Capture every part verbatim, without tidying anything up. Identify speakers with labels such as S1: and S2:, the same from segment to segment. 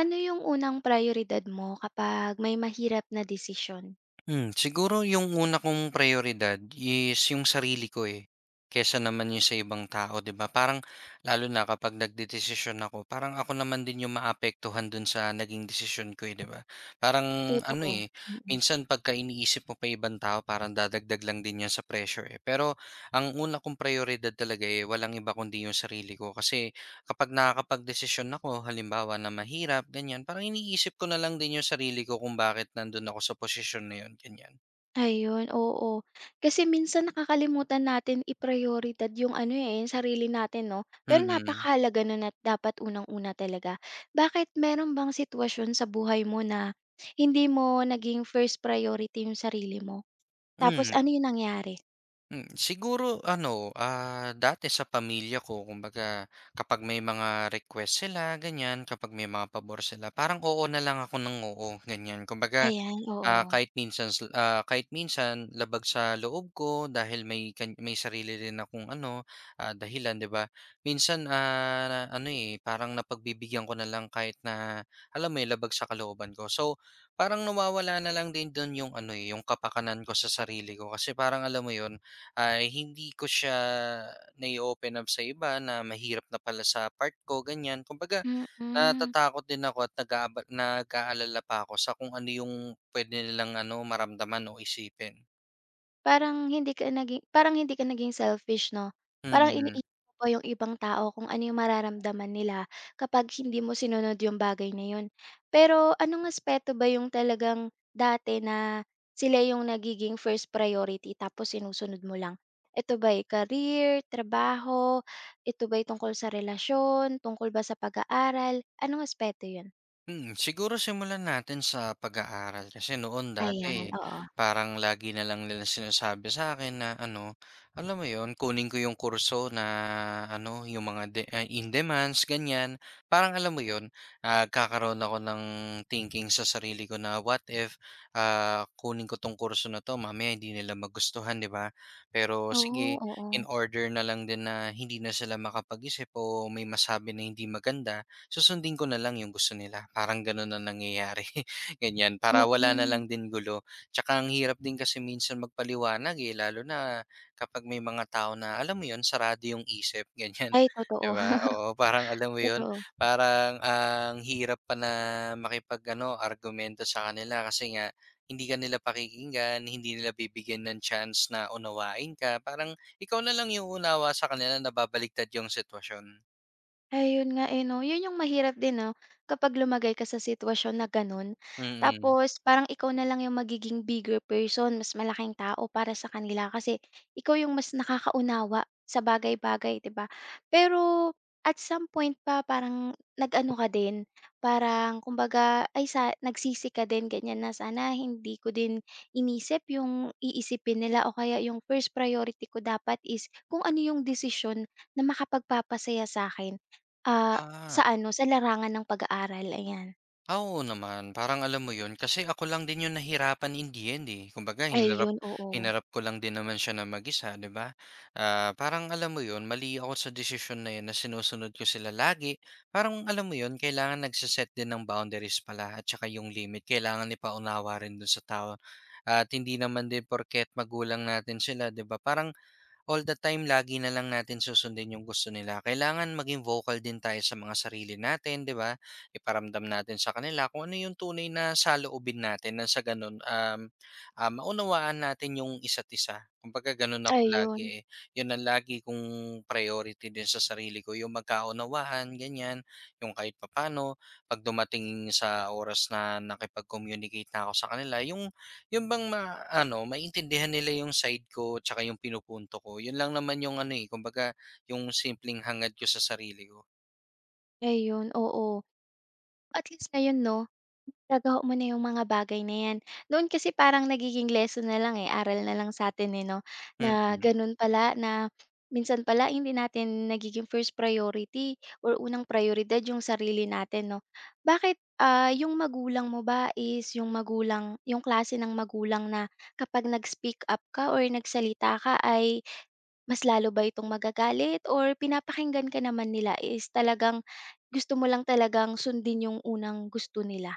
S1: Ano yung unang prioridad mo kapag may mahirap na desisyon?
S2: Hmm, siguro yung una kong prioridad is yung sarili ko, eh, kesa naman yung sa ibang tao, 'di ba? Parang lalo na kapag nagdedesisyon ako, parang ako naman din yung maapektuhan dun sa naging desisyon ko, eh, 'di ba? Parang ano,
S1: Totoo,
S2: eh,
S1: mm.
S2: minsan pagka iniisip mo pa ibang tao, parang dadagdag lang din yan sa pressure, eh. Pero ang una kong prioridad talaga, eh, walang iba kundi yung sarili ko kasi kapag nakakapagdesisyon ako, halimbawa na mahirap, ganyan, parang iniisip ko na lang din yung sarili ko kung bakit nandun ako sa posisyon na yun, ganyan.
S1: Ayun, oo. Kasi minsan nakakalimutan natin i-prayoridad yung ano, eh, yung sarili natin 'no? Pero
S2: Mm-mm.
S1: napakahalaga nun at dapat unang-una talaga. Bakit meron bang sitwasyon sa buhay mo na hindi mo naging first priority yung sarili mo? Tapos
S2: Mm.
S1: ano yung nangyari?
S2: Hmm, hmm. Siguro ano, ah, dati sa pamilya ko kumbaga kapag may mga request sila ganyan, kapag may mga pabor sila, parang oo na lang ako ng oo, ganyan. Kumbaga
S1: Ayan,
S2: Ah,
S1: oo.
S2: kahit minsan sl ah, kahit minsan labag sa loob ko dahil may kan may sarili rin akong ano, ah, dahilan, 'di ba? Minsan, ah, na- ano, eh, parang napagbibigyan ko na lang kahit na alam mo 'yun, labag sa kalooban ko. So, parang nawawala na lang din dun yung ano, eh, yung kapakanan ko sa sarili ko kasi parang alam mo 'yun, ay hindi ko siya nai open up sa iba na mahirap na pala sa part ko, ganiyan. Kumbaga
S1: Mm.
S2: natatakot din ako at nag-aaba nag-aalala pa ako sa kung ano yung puwede nilang ano, maramdaman o isipin.
S1: Parang hindi ka naging parang hindi ka naging selfish 'no? Parang
S2: Mm.
S1: iniisip mo pa yung ibang tao kung ano yung mararamdaman nila kapag hindi mo sinunod yung bagay na yun. Pero anong aspeto ba yung talagang dati na sila yung nagiging first priority tapos sinusunod mo lang? Ito ba'y career, trabaho, ito ba'y tungkol sa relasyon, tungkol ba sa pag-aaral, anong aspeto yun?
S2: Hmm siguro simulan natin sa pag-aaral kasi noon
S1: Ayan,
S2: dati
S1: oo.
S2: parang lagi na lang nila sinasabi sa akin na ano, alam mo yon kunin ko yung kurso na ano, yung mga de ah, in demands ganyan. Parang alam mo yon ah kakaroon ako ng thinking sa sarili ko na what if, ah, kunin ko 'tong kurso na 'to mamaya hindi nila magustuhan, 'di ba? Pero
S1: Oo,
S2: sige,
S1: oo.
S2: in order na lang din na hindi na sila makapag-isip o may masabi na hindi maganda susundin ko na lang yung gusto nila. Parang gano'n na nangyayari, ganyan. Para wala na
S1: Mm.
S2: lang din gulo. Tsaka ang hirap din kasi minsan magpaliwanag, eh, lalo na kapag may mga tao na, alam mo 'yun, sarado yung isip, ganyan,
S1: Ay
S2: 'di
S1: totoo,
S2: ba? Oo, parang alam mo 'yun,
S1: totoo.
S2: parang ah, ang hirap pa na makipag-ano, argumento sa kanila kasi nga hindi ka nila pakikinggan, hindi nila bibigyan ng chance na unawain ka. Parang ikaw na lang yung unawa sa kanila na babaliktad yung sitwasyon.
S1: Ayun nga, eh, 'no? Yun yung mahirap din, 'no, kapag lumagay ka sa sitwasyon na gano'n.
S2: Mm. Mm.
S1: Tapos parang ikaw na lang yung magiging bigger person, mas malaking tao para sa kanila kasi ikaw yung mas nakakaunawa sa bagay-bagay, 'di ba? Pero at some point pa parang nag-ano ka din, parang kumbaga ay sa nagsisi ka din ganiyan na, "Sana hindi ko din inisip yung iisipin nila o kaya yung first priority ko dapat is kung ano yung desisyon na makapagpapasaya sa akin." Ah,
S2: Ah.
S1: sa ano, sa larangan ng pag-aaral, ayan.
S2: Ah, oo naman. Parang alam mo 'yun, kasi ako lang din 'yung nahirapan in the end, eh. Kumbaga hinarap
S1: Ayun, oo.
S2: hinarap ko lang din naman siya na mag-isa, 'di ba? Ah, parang alam mo 'yun, mali ako sa desisyon na 'yun na sinusunod ko sila lagi. Parang alam mo 'yun, kailangan nagse din ng boundaries pala at saka 'yung limit kailangan ipaunawa rin dun sa tao. At hindi naman din porket magulang natin sila, 'di ba? Parang all the time lagi na lang natin susundin yung gusto nila. Kailangan maging vocal din tayo sa mga sarili natin, 'di ba? Iparamdam natin sa kanila kung ano yung tunay na saloobin natin nang sa ganun um, ah, maunawaan natin yung isa't isa. Kumbaga ganun ako
S1: Ayun,
S2: lagi eh. Yun ang lagi kong priority din sa sarili ko, yung magkaunawaan, ganyan, yung kahit papano pag dumating sa oras na nakipag-communicate na ako sa kanila, yung yun bang ma-ano, maintindihan nila yung side ko tsaka yung pinupunto ko. Yun lang naman yung ano, eh, kumbaga yung simpleng hangad ko sa sarili ko.
S1: ayun, oo. At least ngayon 'no, nagawa mo na yung mga bagay na yan. Noon kasi parang nagiging lesson na lang, eh, aral na lang sa'tin, eh, 'no, na
S2: Mm.
S1: ganun pala na minsan pala hindi natin nagiging first priority or unang prioridad yung sarili natin 'no. Bakit, ah, yung magulang mo ba is yung magulang yung klase ng magulang na kapag nag-speak up ka or nagsalita ka ay mas lalo ba itong magagalit or pinapakinggan ka naman nila is talagang gusto mo lang talagang sundin yung unang gusto nila?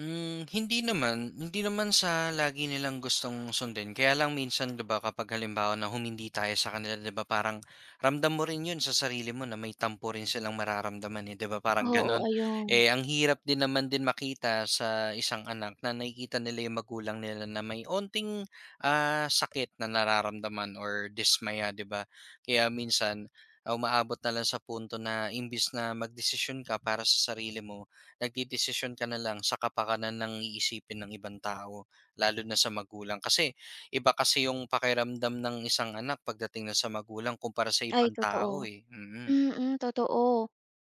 S2: Hmm, hindi naman. Hindi naman sa lagi nilang gustong sundin. Kaya lang minsan 'di ba kapag halimbawa na humindi tayo sa kanila 'di ba parang ramdam mo rin 'yun sa sarili mo na may tampo rin silang mararamdaman, eh, 'di ba parang
S1: Oo,
S2: gano'n.
S1: ayun.
S2: Eh, ang hirap din naman din makita sa isang anak na nakikita nila 'yung magulang nila na may onting, ah, sakit na nararamdaman or dismaya 'di ba. Kaya minsan, ah, umaabot na lang sa punto na imbis na magdesisyon ka para sa sarili mo nagdedesisyon ka na lang sa kapakanan ng iisipin ng ibang tao, lalo na sa magulang. Kasi iba kasi yung pakiramdam ng isang anak pagdating na sa magulang kumpara sa
S1: Ay,
S2: ibang tao
S1: totoo.
S2: eh, mm.
S1: Mm, totoo.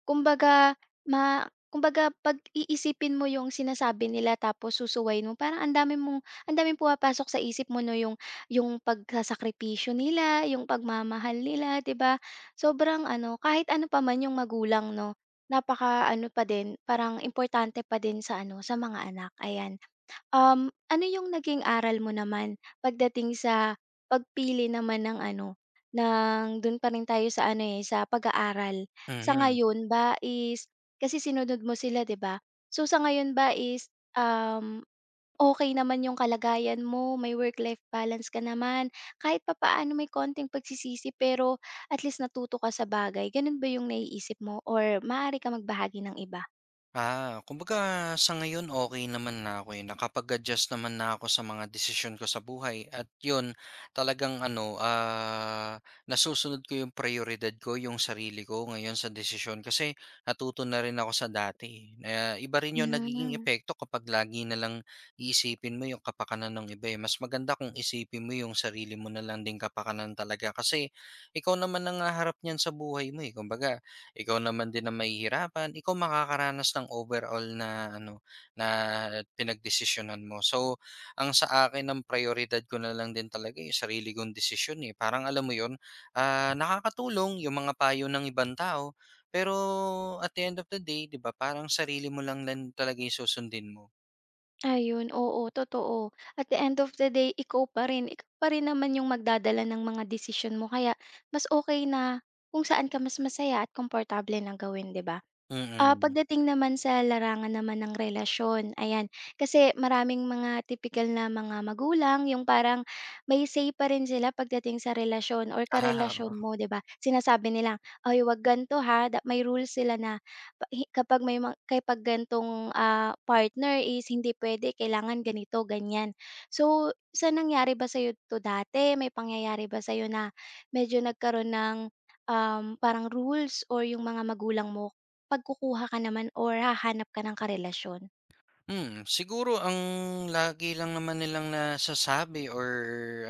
S1: Kumbaga ma kumbaga 'pag iisipin mo yung sinasabi nila tapos susuwayin mo parang ang dami mong ang daming pumapasok sa isip mo 'no, yung yung pagsasakripisyo nila, yung pagmamahal nila, 'di ba? Sobrang ano, kahit ano pa man yung magulang 'no, napaka ano pa din, parang importante pa din sa ano, sa mga anak, ayan. Um, ano yung naging aral mo naman pagdating sa pagpili naman ng ano, ng do'n pa rin tayo sa ano, eh, sa pag-aaral. Sa
S2: Mhm.
S1: ngayon ba is kasi sinunod mo sila, 'di ba? So, sa ngayon ba is, um, okey naman yung kalagayan mo, may work-life balance ka naman, kahit papaano may konting pagsisisi pero at least natuto ka sa bagay, gano'n ba yung naiisip mo or maaari ka magbahagi ng iba?
S2: Ah, kumbaga sa ngayon okay naman na ako, eh, nakapag-adjust naman na ako sa mga desisyon ko sa buhay at 'yun talagang ano, ah, nasusunod ko 'yung prayoridad ko, 'yung sarili ko ngayon sa desisyon. Kasi natuto na rin ako sa dati, eh, na iba rin 'yung nagiging
S1: Hmm.
S2: epekto kapag lagi na lang iisipin mo 'yung kapakanan ng iba, eh. Mas maganda kung isipin mo 'yung sarili mo na lang din kapakanan talaga kasi ikaw naman ang haharap niyan sa buhay mo, eh. Kumbaga ikaw naman din ang mahihirapan, ikaw makakaranas ng overall na ano, na pinagdesisyonan mo. So, ang sa akin ang prayoridad ko na lang din talaga 'yung sarili kong desisyon, eh. Parang alam mo 'yun, ah, nakakatulong 'yung mga payo ng ibang tao, pero at the end of the day, 'di ba, parang sarili mo lang lang talaga 'yung susundin mo.
S1: Ayun, oo, totoo. At the end of the day, ikaw pa rin. Ikaw pa rin naman yung magdadala ng mga desisyon mo. Kaya mas okay na kung saan ka mas masaya at komportable na gawin, 'di ba? Ah,
S2: Mm.
S1: pagdating naman sa larangan naman ng relasyon, ayan. Kasi maraming mga typical na mga magulang, yung parang may say pa rin sila pagdating sa relasyon or karelasyon
S2: Ah,
S1: mo, 'di ba? Sinasabi nila, "Ay, wag ganto ha." Da- May rules sila na pa- hi- kapag may ma- kapag gantong ah, partner is hindi pwede, kailangan ganito, ganyan. So, sa nangyari ba sa to dati? May pangyayari ba sa'yo na medyo nagkaroon ng um, parang rules or yung mga magulang mo pagkukuha ka naman or hahanap ka ng karelasyon.
S2: Hmm, siguro ang lagi lang naman nilang nasasabi or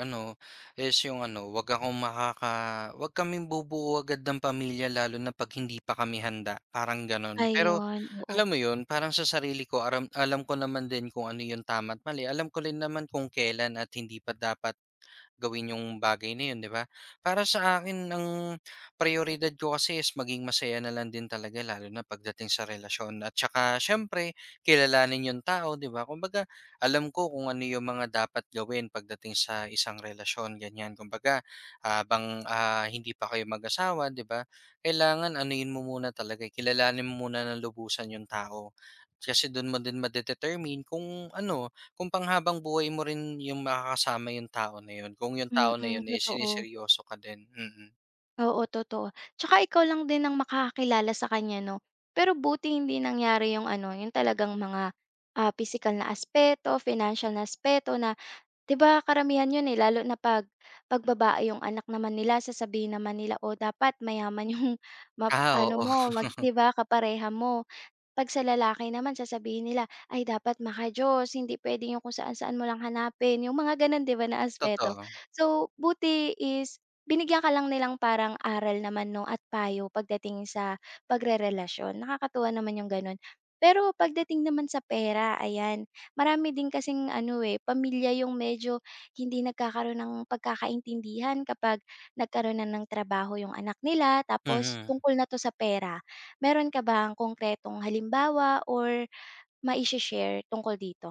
S2: ano is yung ano, wag akong makaka wag kaming bubuo agad ng pamilya lalo na pag hindi pa kami handa, parang gano'n. Pero
S1: Ayun, oo.
S2: alam mo yun, parang sa sarili ko aram alam ko naman din kung ano yung tama at mali. Alam ko rin naman kung kailan at hindi pa dapat gawin yung bagay na yun, 'di ba? Para sa akin ang prayoridad ko kasi is maging masaya na lang din talaga lalo na pagdating sa relasyon at saka siyempre kilalanin yung tao, 'di ba? Kumbaga, alam ko kung ano yung mga dapat gawin pagdating sa isang relasyon, ganyan. Kumbaga, habang ah, hindi pa kayo mag-asawa, 'di ba? Kailangan anuin mo muna talaga, eh. Kilalanin mo muna ng lubusan yung tao. Kasi doon mo din madedetermine kung ano, kung panghabang-buhay mo rin yung makakasama yung tao na yun, kung yung tao
S1: Mm,
S2: na yun, eh,
S1: totoo.
S2: siniseryoso ka din, mm.
S1: Oo, totoo. Tsaka ikaw lang din ang makakakilala sa kanya 'no? Pero buti hindi nangyari yung ano, yung talagang mga, ah, pisikal na aspeto, financial na aspeto na 'di ba karamihan yun, eh, lalo na 'pag 'pag yung anak naman nila sasabihin naman nila, "Oh, dapat mayaman yung map
S2: Ah,
S1: ano
S2: oo,
S1: mo mag" 'di ba, kapareha mo. 'Pag sa lalaki naman sasabihin nila, "Ay dapat maka-Diyos, hindi puwede yung kung saan-saan mo lang hanapin." Yung mga gano'n 'di ba na aspeto.
S2: totoo,
S1: So, buti is binigyan ka lang nilang parang aral naman 'no at payo pagdating sa pagrerelasyon, nakakatuwa naman yung gano'n. Pero pagdating naman sa pera, ayan, marami din kasing ano, eh, pamilya yung medyo hindi nagkakaroon ng pagkakaintindihan kapag nagkaroon na ng trabaho yung anak nila tapos
S2: mhm.
S1: tungkol na 'to sa pera. Meron ka bang konkretong halimbawa or mai share tungkol dito?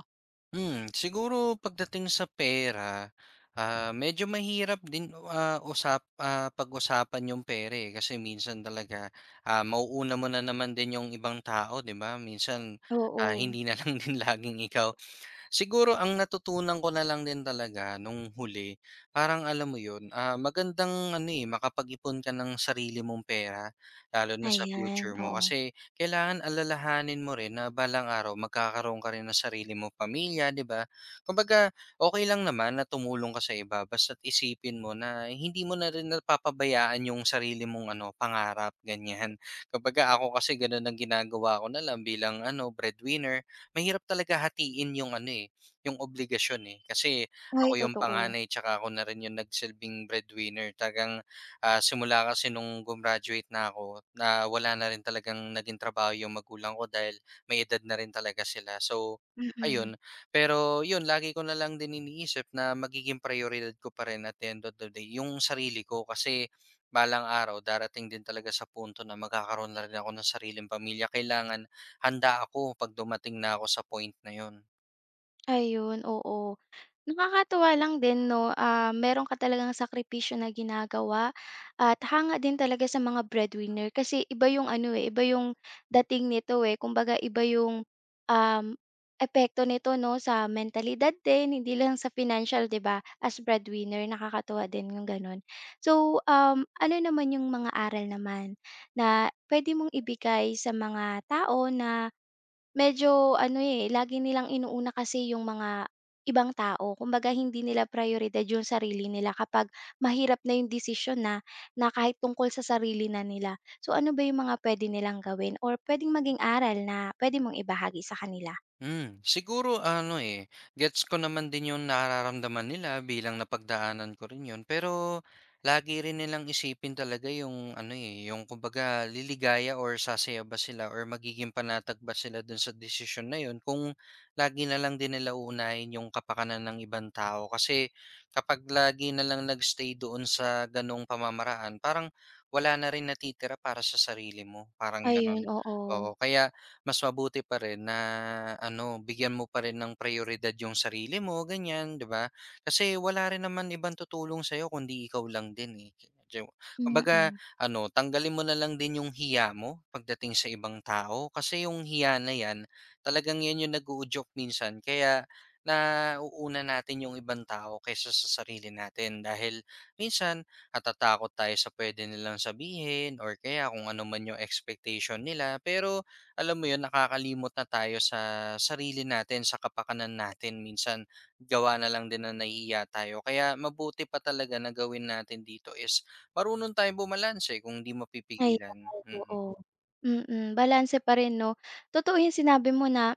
S2: Hmm, siguro pagdating sa pera, ah, medyo mahirap din, ah, usap ah, pag-usapan yung pera, eh, kasi minsan talaga, ah, mauuna mo na naman din yung ibang tao, 'di ba? Minsan, ah,
S1: Oo.
S2: hindi na lang din laging ikaw. Siguro ang natutunan ko na lang din talaga nung huli, parang alam mo 'yun, ah, magandang ano, eh, makapag-ipon ka ng sarili mong pera, lalo na sa
S1: Ayan,
S2: future mo.
S1: oo.
S2: Kasi kailangan alalahanin mo rin na balang araw magkakaroon ka rin ng sarili mong pamilya, 'di ba? Kumbaga, okay lang naman na tumulong ka sa iba basta't isipin mo na hindi mo na rin napapabayaan yung sarili mong ano, pangarap, ganiyan. Kumbaga ako kasi gano'n ang ginagawa ko na lang bilang ano, breadwinner mahirap talaga hatiin yung ano, eh, yung obligasyon, eh. Kasi
S1: Ay,
S2: ako yung
S1: totoo.
S2: panganay tsaka ako na rin yung nagsilbing breadwinner. Tagang ah, simula kasi nung gumraduate na ako na wala na rin talagang naging trabaho yung magulang ko dahil may edad na rin talaga sila. So,
S1: Mm.
S2: ayun. Pero yun, lagi ko na lang din iniisip na magiging prioridad ko pa rin at the end of the day yung sarili ko kasi balang araw darating din talaga sa punto na magkakaroon na rin ako ng sariling pamilya. Kailangan handa ako 'pag dumating na ako sa point na yun.
S1: Ayun, oo. Nakakatuwa lang din 'no, ah, meron ka talagang sakripisyo na ginagawa at hanga din talaga sa mga breadwinner kasi iba yung ano, eh, iba yung dating nito, eh. Kumbaga iba yung, um, epekto nito 'no, sa mentalidad din, hindi lang sa financial, 'di ba? As breadwinner, nakakatuwa din yung gano'n. So, um, ano naman yung mga aral naman na pwede mong ibigay sa mga tao na medyo ano, eh, lagi nilang inuuna kasi yung mga ibang tao. Kumbaga hindi nila prioridad yung sarili nila kapag mahirap na yung desisyon na, na kahit tungkol sa sarili na nila. So, ano ba yung mga pwede nilang gawin or puwedeng maging aral na pwede mong ibahagi sa kanila?
S2: Hmm, siguro ano, eh, gets ko naman din yung nararamdaman nila bilang napagdaanan ko rin yun. Pero lagi rin nilang isipin talaga yung ano, eh, yung kumbaga liligaya or sasaya ba sila or magiging panatag ba sila dun sa desisyon na yun kung lagi na lang din nila uunahin yung kapakanan ng ibang tao. Kasi kapag lagi na lang nagstay doon sa ganong pamamaraan, parang wala na rin natitira para sa sarili mo, parang
S1: Ayun,
S2: ganon.
S1: oo.
S2: Oo, kaya mas mabuti pa rin na ano, bigyan mo pa rin ng prioridad yung sarili mo, ganyan, 'di ba? Kasi wala rin naman ibang tutulong sa'yo kundi ikaw lang din, eh. Diyo kumbaga
S1: Mm.
S2: ano, tanggalin mo na lang din yung hiya mo pagdating sa ibang tao kasi yung hiya na 'yan, talagang 'yan yung nag-uudyok minsan kaya nauuna natin yung ibang tao kaysa sa sarili natin dahil minsan natatakot tayo sa puwede nilang sabihin or kaya kung ano man yung expectation nila pero alam mo yun, nakakalimot na tayo sa sarili natin, sa kapakanan natin. Minsan, gawa na lang din na nahihiya tayo. Kaya mabuti pa talaga na gawin natin dito is marunong tayong bumalanse kung di mapipigilan.
S1: Ayan,
S2: Mm. Mm.
S1: oo. Mm, balanse pa rin 'no. Totoo yung sinabi mo na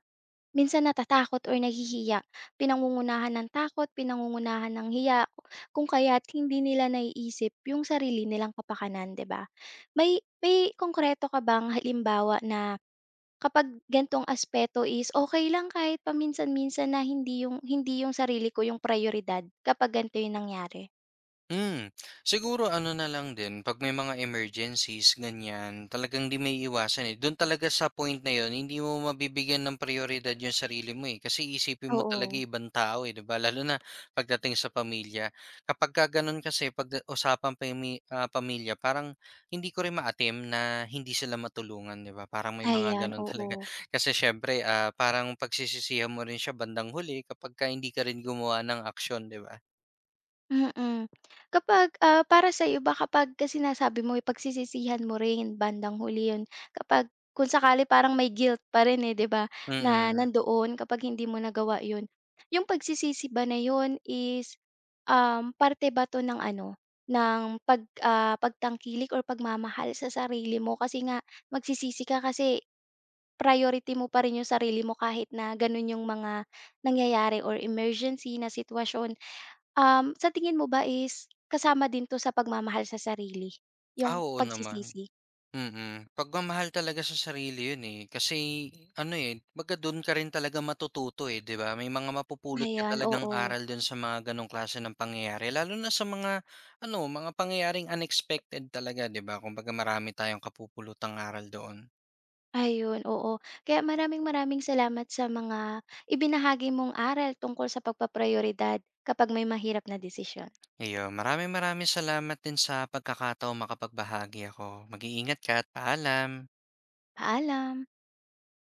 S1: minsan natatakot or nahihiya, pinangungunahan ng takot, pinangungunahan ng hiya, kung kaya't hindi nila naiisip yung sarili nilang kapakanan, 'di ba? May may konkreto ka bang halimbawa na kapag gan'tong aspeto is okay lang kahit paminsan-minsan na hindi yung hindi yung sarili ko yung prioridad kapag gan'to yung nangyari?
S2: Hmm, Siguro ano na lang din 'pag may mga emergencies ganyan, talagang 'di may iwasan eh. Dun talaga sa point na yon, hindi mo mabibigyan ng prioridad yung sarili mo, eh, kasi iisipin mo talaga
S1: Oo,
S2: ibang tao, eh, 'di ba? Lalo na pagdating sa pamilya. Kapagka ganun kasi 'pag usapang pami ah, pamilya parang hindi ko rin ma-attempt na hindi sila matulungan, 'di ba? Parang may mga
S1: ayan,
S2: ganun
S1: oo.
S2: talaga. Kasi siyempre, ah, parang pagsisisihan mo rin siya bandang huli kapagka hindi ka rin gumawa ng action 'di ba?
S1: Mm. Kapag, ah, para sa iyo ba kapag kasi nasabi mo eh, pagsisisihan mo rin bandang huli 'yun, kapag kung sakali parang may guilt pa rin, eh, 'di ba, na
S2: Mm.
S1: nandoon kapag hindi mo nagawa 'yun. Yung pagsisisi ba na 'yun is, um, parte ba 'to ng ano, ng pag ah, pagtangkilik or pagmamahal sa sarili mo? Kasi nga magsisisi ka kasi priority mo pa rin yung sarili mo kahit na ganun yung mga nangyayari or emergency na sitwasyon. Um, sa tingin mo ba is kasama din 'to sa pagmamahal sa sarili,
S2: Ah,
S1: yung
S2: oo naman.
S1: pagsisisi?
S2: Mm. Pagmamahal talaga sa sarili 'yun, eh, kasi ano, eh, kumbaga do'n ka rin talaga matututo, eh, 'di ba? May mga mapupulot ka
S1: Ayan,
S2: talagang
S1: oo.
S2: aral do'n sa mga gano'ng klase ng pangyayari lalo na sa mga ano, mga pangyayaring unexpected talaga, 'di ba? Kumbaga marami tayong kapupulutang aral doon.
S1: Ayun, oo. Kaya maraming maraming salamat sa mga ibinahagi mong aral tungkol sa pagpaprioridad kapag may mahirap na desisyon.
S2: Ayun, maraming maraming salamat din sa pagkakataong makapagbahagi ako. Mag-iingat ka at paalam.
S1: Paalam.